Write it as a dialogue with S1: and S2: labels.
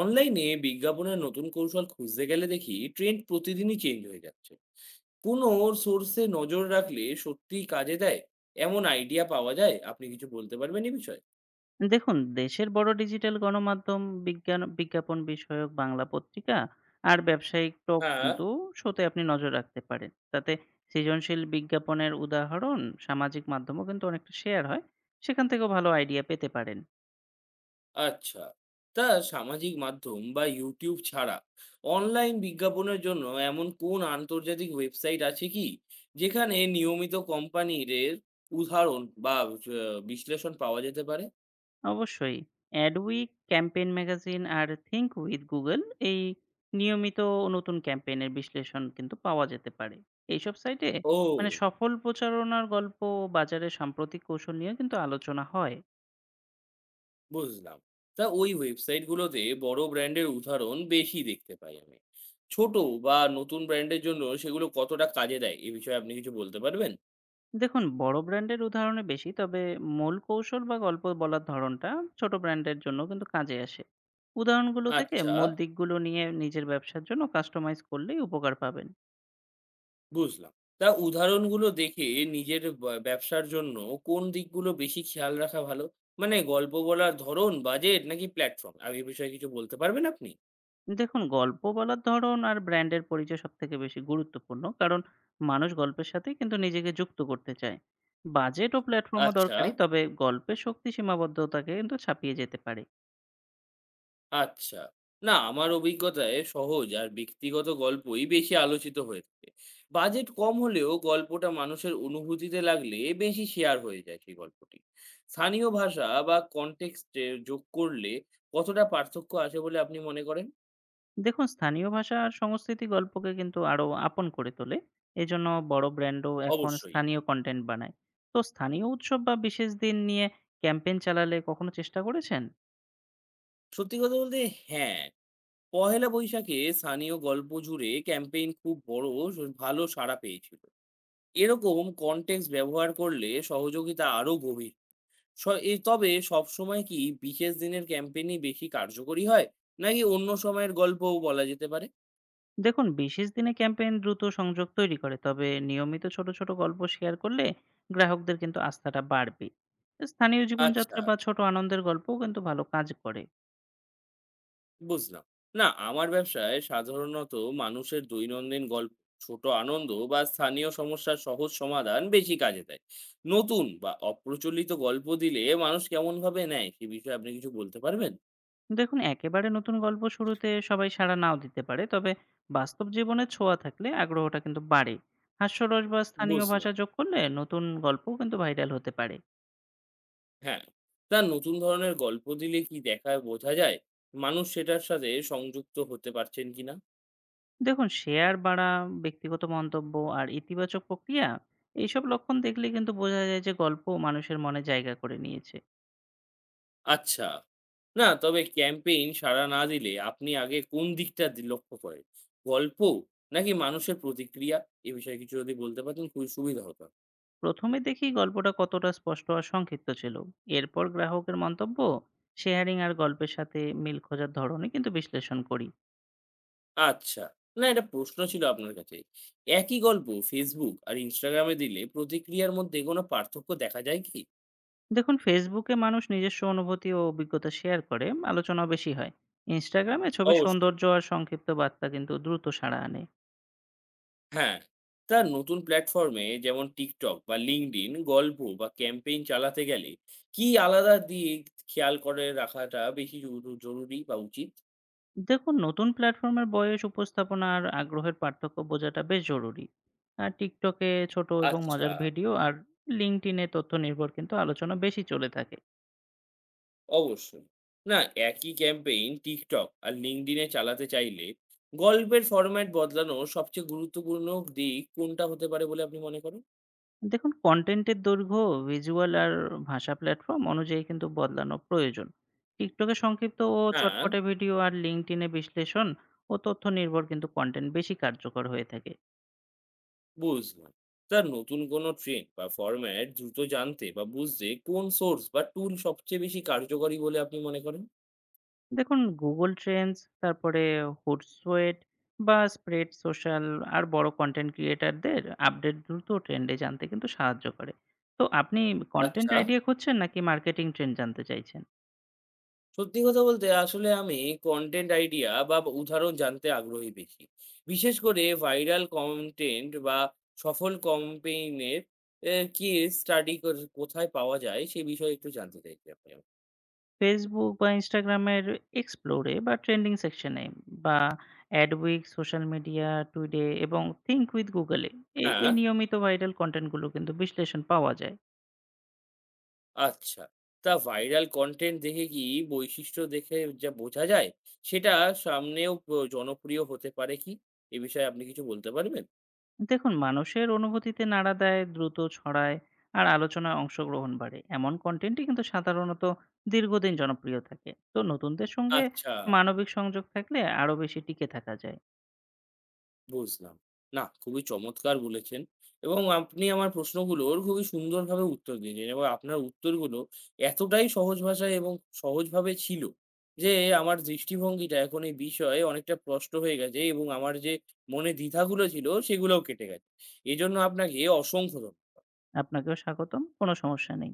S1: অনলাইনে বিজ্ঞাপনের নতুন কৌশল খুঁজতে গেলে দেখি ট্রেন্ড প্রতিদিনই চেঞ্জ হয়ে যাচ্ছে। কোনো সোর্সে নজর রাখলে সত্যি কাজে দেয় এমন আইডিয়া পাওয়া যায়। আপনি কিছু বলতে পারবেন এই বিষয়ে?
S2: দেখুন, দেশের বড় ডিজিটাল গণমাধ্যম বিজ্ঞান বিজ্ঞাপন বিষয়ক বাংলা পত্রিকা আর ব্যবসায়িক টক
S1: হ্যাঁ,
S2: কিন্তু শোতে আপনি নজর রাখতে পারেন। তাতে সৃজনশীল বিজ্ঞাপনের উদাহরণ সামাজিক মাধ্যমেও কিন্তু অনেকটা শেয়ার হয়। সেখান থেকেও ভালো আইডিয়া পেতে পারেন।
S1: আচ্ছা। তা সামাজিক মাধ্যম বা ইউটিউব ছাড়া অনলাইন বিজ্ঞাপনের জন্য এমন কোন আন্তর্জাতিক ওয়েবসাইট আছে কি যেখানে নিয়মিত কোম্পানির উদাহরণ বা বিশ্লেষণ পাওয়া যেতে পারে?
S2: অবশ্যই অ্যাডউইক, ক্যাম্পেইন ম্যাগাজিন আর থিংক উইথ গুগল এই নিয়মিত নতুন ক্যাম্পেইনের বিশ্লেষণ কিন্তু পাওয়া যেতে পারে। এইসব সাইটে মানে
S1: ও,
S2: সফল প্রচারণার গল্প, বাজারে সাম্প্রতিক কৌশল নিয়েও কিন্তু আলোচনা হয়।
S1: বুঝলাম। তা ওই ওয়েবসাইটগুলোতে বড় ব্র্যান্ডের উদাহরণ বেশি দেখতে পাই আমি। ছোট বা নতুন ব্র্যান্ডের জন্য সেগুলো কতটা কাজে দেয়, এ বিষয়ে আপনি কিছু বলতে পারবেন?
S2: দেখুন, বড় ব্র্যান্ডের উদাহরণে বেশি, তবে মূল কৌশল বা গল্প বলার ধরনটা ছোট ব্র্যান্ডের জন্য কিন্তু কাজে আসে। উদাহরণগুলো থেকে
S1: আচ্ছা,
S2: মূল দিকগুলো নিয়ে নিজের ব্যবসার জন্য কাস্টমাইজ করলেই উপকার পাবেন।
S1: বুঝলাম। তা উদাহরণগুলো দেখে নিজের ব্যবসার জন্য কোন দিকগুলো বেশি খেয়াল রাখা ভালো? মানে গল্প বলার ধরন, বাজেট নাকি প্ল্যাটফর্ম? আর এ বিষয়ে কিছু বলতে পারবেন আপনি?
S2: দেখুন, গল্প বলার ধরন আর ব্র্যান্ডের পরিচয় সব থেকে বেশি গুরুত্বপূর্ণ, কারণ মানুষ গল্পের সাথে কিন্তু নিজেকে যুক্ত করতে চায়। বাজেট ও প্ল্যাটফর্মও
S1: আচ্ছা।
S2: দরকারি, তবে গল্পের শক্তি সীমাবদ্ধতাকে কিন্তু ছাপিয়ে যেতে পারে।
S1: আচ্ছা। না, আমার অভিজ্ঞতায় সহজ আর ব্যক্তিগত গল্পই বেশি আলোচিত হয়ে থাকে। বাজেট কম হলেও গল্পটা মানুষের অনুভূতিতে লাগলে বেশি শেয়ার হয়ে যায় সেই গল্পটি। স্থানীয় ভাষা বা কনটেক্সট এ যোগ করলে কতটা পার্থক্য আসে বলে আপনি মনে করেন?
S2: দেখুন, স্থানীয় ভাষা আর সংস্কৃতি গল্পকে কিন্তু আরো আপন করে তোলে। এজন্য বড় ব্র্যান্ডও এখন
S1: অবশ্যই।
S2: স্থানীয় কন্টেন্ট বানায়। তো স্থানীয় উৎসব বা বিশেষ দিন নিয়ে ক্যাম্পেইন চালালে কখনো চেষ্টা করেছেন?
S1: সত্যি কথা বলতে হ্যাঁ, পহেলা বৈশাখে স্থানীয় গল্প জুড়ে ক্যাম্পেইন খুব বড় ভালো সাড়া পেয়েছিল। এরকম কনটেক্সট ব্যবহার করলে সহযোগিতা আরো গভীর স এ। তবে সবসময় কি বিশেষ দিনের ক্যাম্পেইনই বেশি কার্যকরী হয়? নাকি অন্য সময়ের গল্পও বলা যেতে পারে?
S2: দেখুন, বিশেষ দিনে ক্যাম্পেইন দ্রুত সংযোগ তৈরি করে, তবে নিয়মিত ছোট ছোট গল্প শেয়ার করলে গ্রাহকদের কিন্তু আস্থাটা বাড়বে। স্থানীয়
S1: আচ্ছা,
S2: জীবনযাত্রা বা ছোট আনন্দের গল্পও কিন্তু ভালো কাজ করে।
S1: বুঝলাম। না, আমার ব্যবসায় সাধারণত মানুষের দৈনন্দিন গল্প, ছোট আনন্দ বা স্থানীয় সমস্যার সহজ সমাধান বেশি কাজে দেয়। নতুন বা অপ্রচলিত গল্প দিলে মানুষ কেমনভাবে নেয় সে বিষয়ে আপনি কিছু বলতে পারবেন?
S2: দেখুন, একেবারে নতুন গল্প শুরুতে সবাই সাড়া নাও দিতে পারে, তবে বাস্তব জীবনে ছোঁয়া থাকলে আগ্রহটা কিন্তু বাড়ে। হাস্যরস বা স্থানীয় ভাষা
S1: বুঝলাম।
S2: যোগ করলে নতুন গল্পও কিন্তু ভাইরাল হতে পারে।
S1: হ্যাঁ। তা নতুন ধরনের গল্প দিলে কি দেখায় বোঝা যায় মানুষ সেটার সাথে সংযুক্ত হতে পারছেন কিনা?
S2: দেখুন, শেয়ার বাড়া, ব্যক্তিগত মন্তব্য আর ইতিবাচক প্রক্রিয়া, এইসব লক্ষণ দেখলে কিন্তু বোঝা যায় যে গল্প মানুষের মনে জায়গা করে নিয়েছে।
S1: আচ্ছা। না, তবে ক্যাম্পেইন সাড়া না দিলে আপনি আগে কোন দিকটা লক্ষ্য করেন? গল্প নাকি মানুষের প্রতিক্রিয়া? এ বিষয়ে কিছু যদি বলতে পারতেন খুবই সুবিধা হতো।
S2: প্রথমে দেখি গল্পটা কতটা স্পষ্ট আর সংক্ষিপ্ত ছিল, এরপর গ্রাহকের মন্তব্য, শেয়ারিং আর গল্পের সাথে মিল খোঁজার ধরনে কিন্তু বিশ্লেষণ করি।
S1: আচ্ছা। না, এটা প্রশ্ন ছিল আপনার কাছে। একই গল্প Facebook আর Instagram এ দিলে প্রতিক্রিয়ার মধ্যে কোনো পার্থক্য দেখা যায় কি?
S2: দেখুন, ফেসবুকে মানুষ নিজস্ব অনুভূতি ও অভিজ্ঞতা শেয়ার করে, আলোচনা বেশি হয়। ইনস্টাগ্রামে ছবি,
S1: অবশ্যই।
S2: সৌন্দর্য আর সংক্ষিপ্ত বার্তা কিন্তু দ্রুত সাড়া আনে।
S1: হ্যাঁ। তা নতুন প্ল্যাটফর্মে যেমন TikTok বা LinkedIn গল্প বা ক্যাম্পেইন চালাতে গেলে কি আলাদা দিক খেয়াল করে রাখাটা বেশি জরুরি বা উচিত?
S2: দেখুন, নতুন প্ল্যাটফর্মের বয়স, উপস্থাপনা আর আগ্রহের পার্থক্য বোঝাটা বেশ জরুরি। আর টিকটকে ছোট এবং
S1: আচ্ছা।
S2: মজার ভিডিও, আর লিঙ্কডইনে তথ্য নির্ভর কিন্তু আলোচনা বেশি চলে থাকে।
S1: অবশ্যই। না, একই ক্যাম্পেইন TikTok আর LinkedIn এ চালাতে চাইলে গল্পের ফরম্যাট বদলানোর সবচেয়ে গুরুত্বপূর্ণ দিক কোনটা হতে পারে বলে আপনি মনে করেন?
S2: দেখুন, কনটেন্টের দৈর্ঘ্য, ভিজুয়াল আর ভাষা প্ল্যাটফর্ম অনুযায়ী কিন্তু বদলানো প্রয়োজন। TikTok এ সংক্ষিপ্ত ও
S1: হ্যাঁ,
S2: চটপটে ভিডিও আর LinkedIn এ বিশ্লেষণ ও তথ্য নির্ভর কিন্তু কনটেন্ট বেশি কার্যকর হয়ে থাকে।
S1: বুঝলাম। স্যার, নতুন কোনো ট্রেন্ড বা ফরম্যাট দ্রুত জানতে বা বুঝতে কোন সোর্স বা টুল সবচেয়ে বেশি কার্যকরী বলে আপনি মনে করেন?
S2: দেখুন, Google Trends, তারপরে Hootsuite বা Spread Social আর বড় কনটেন্ট ক্রিয়েটরদের আপডেট দ্রুত ট্রেন্ডে জানতে কিন্তু সাহায্য করে। তো আপনি কনটেন্ট
S1: আচ্ছা।
S2: আইডিয়া খুঁজছেন নাকি মার্কেটিং ট্রেন্ড জানতে চাইছেন?
S1: সত্যি কথা বলতে আসলে আমি কনটেন্ট আইডিয়া বা উদাহরণ জানতে আগ্রহী বেশি। বিশেষ করে ভাইরাল কনটেন্ট বা সফল ক্যাম্পেইনের এ কেস স্টাডি কোথায় পাওয়া যায় সে বিষয়ে একটু জানতে চাইছি আপনি আমাকে।
S2: Facebook বা Instagram এর Explore এ বা ট্রেন্ডিং সেকশনে, বা Adweek, সোশ্যাল মিডিয়া, টুডে এবং Think with Google এ এ
S1: হ্যাঁ,
S2: এই নিয়মিত ভাইরাল কনটেন্ট গুলো কিন্তু বিশ্লেষণ পাওয়া যায়।
S1: আচ্ছা। তা ভাইরাল কনটেন্ট দেখে কি বৈশিষ্ট্য দেখে যা বোঝা যায় সেটা সামনেও জনপ্রিয় হতে পারে কি? এ বিষয়ে আপনি কিছু বলতে পারবেন?
S2: দেখুন, মানুষের অনুভূতিতে নাড়া দেয়, দ্রুত ছড়ায় আর আলোচনায় অংশগ্রহণ বাড়ে। এমন কনটেন্টই কিন্তু সাধারণত দীর্ঘদিন জনপ্রিয় থাকে। তো নতুনদের সঙ্গে
S1: আচ্ছা।
S2: মানবিক সংযোগ থাকলে আরো বেশি টিকে থাকা যায়।
S1: বুঝলাম। না, খুবই চমৎকার বলেছেন এবং আপনি আমার প্রশ্নগুলোর খুবই সুন্দরভাবে উত্তর দিলেন এবং আপনার উত্তরগুলো এতটাই সহজ ভাষায় এবং সহজভাবে ছিল যে আমার দৃষ্টিভঙ্গিটা এখন এই বিষয়ে অনেকটা স্পষ্ট হয়ে গেছে এবং আমার যে মনে দ্বিধাগুলো ছিল সেগুলোও কেটে গেছে। এজন্য আপনাকে অসংখ্য ধন্যবাদ।
S2: আপনাকেও স্বাগতম। কোনো সমস্যা নেই।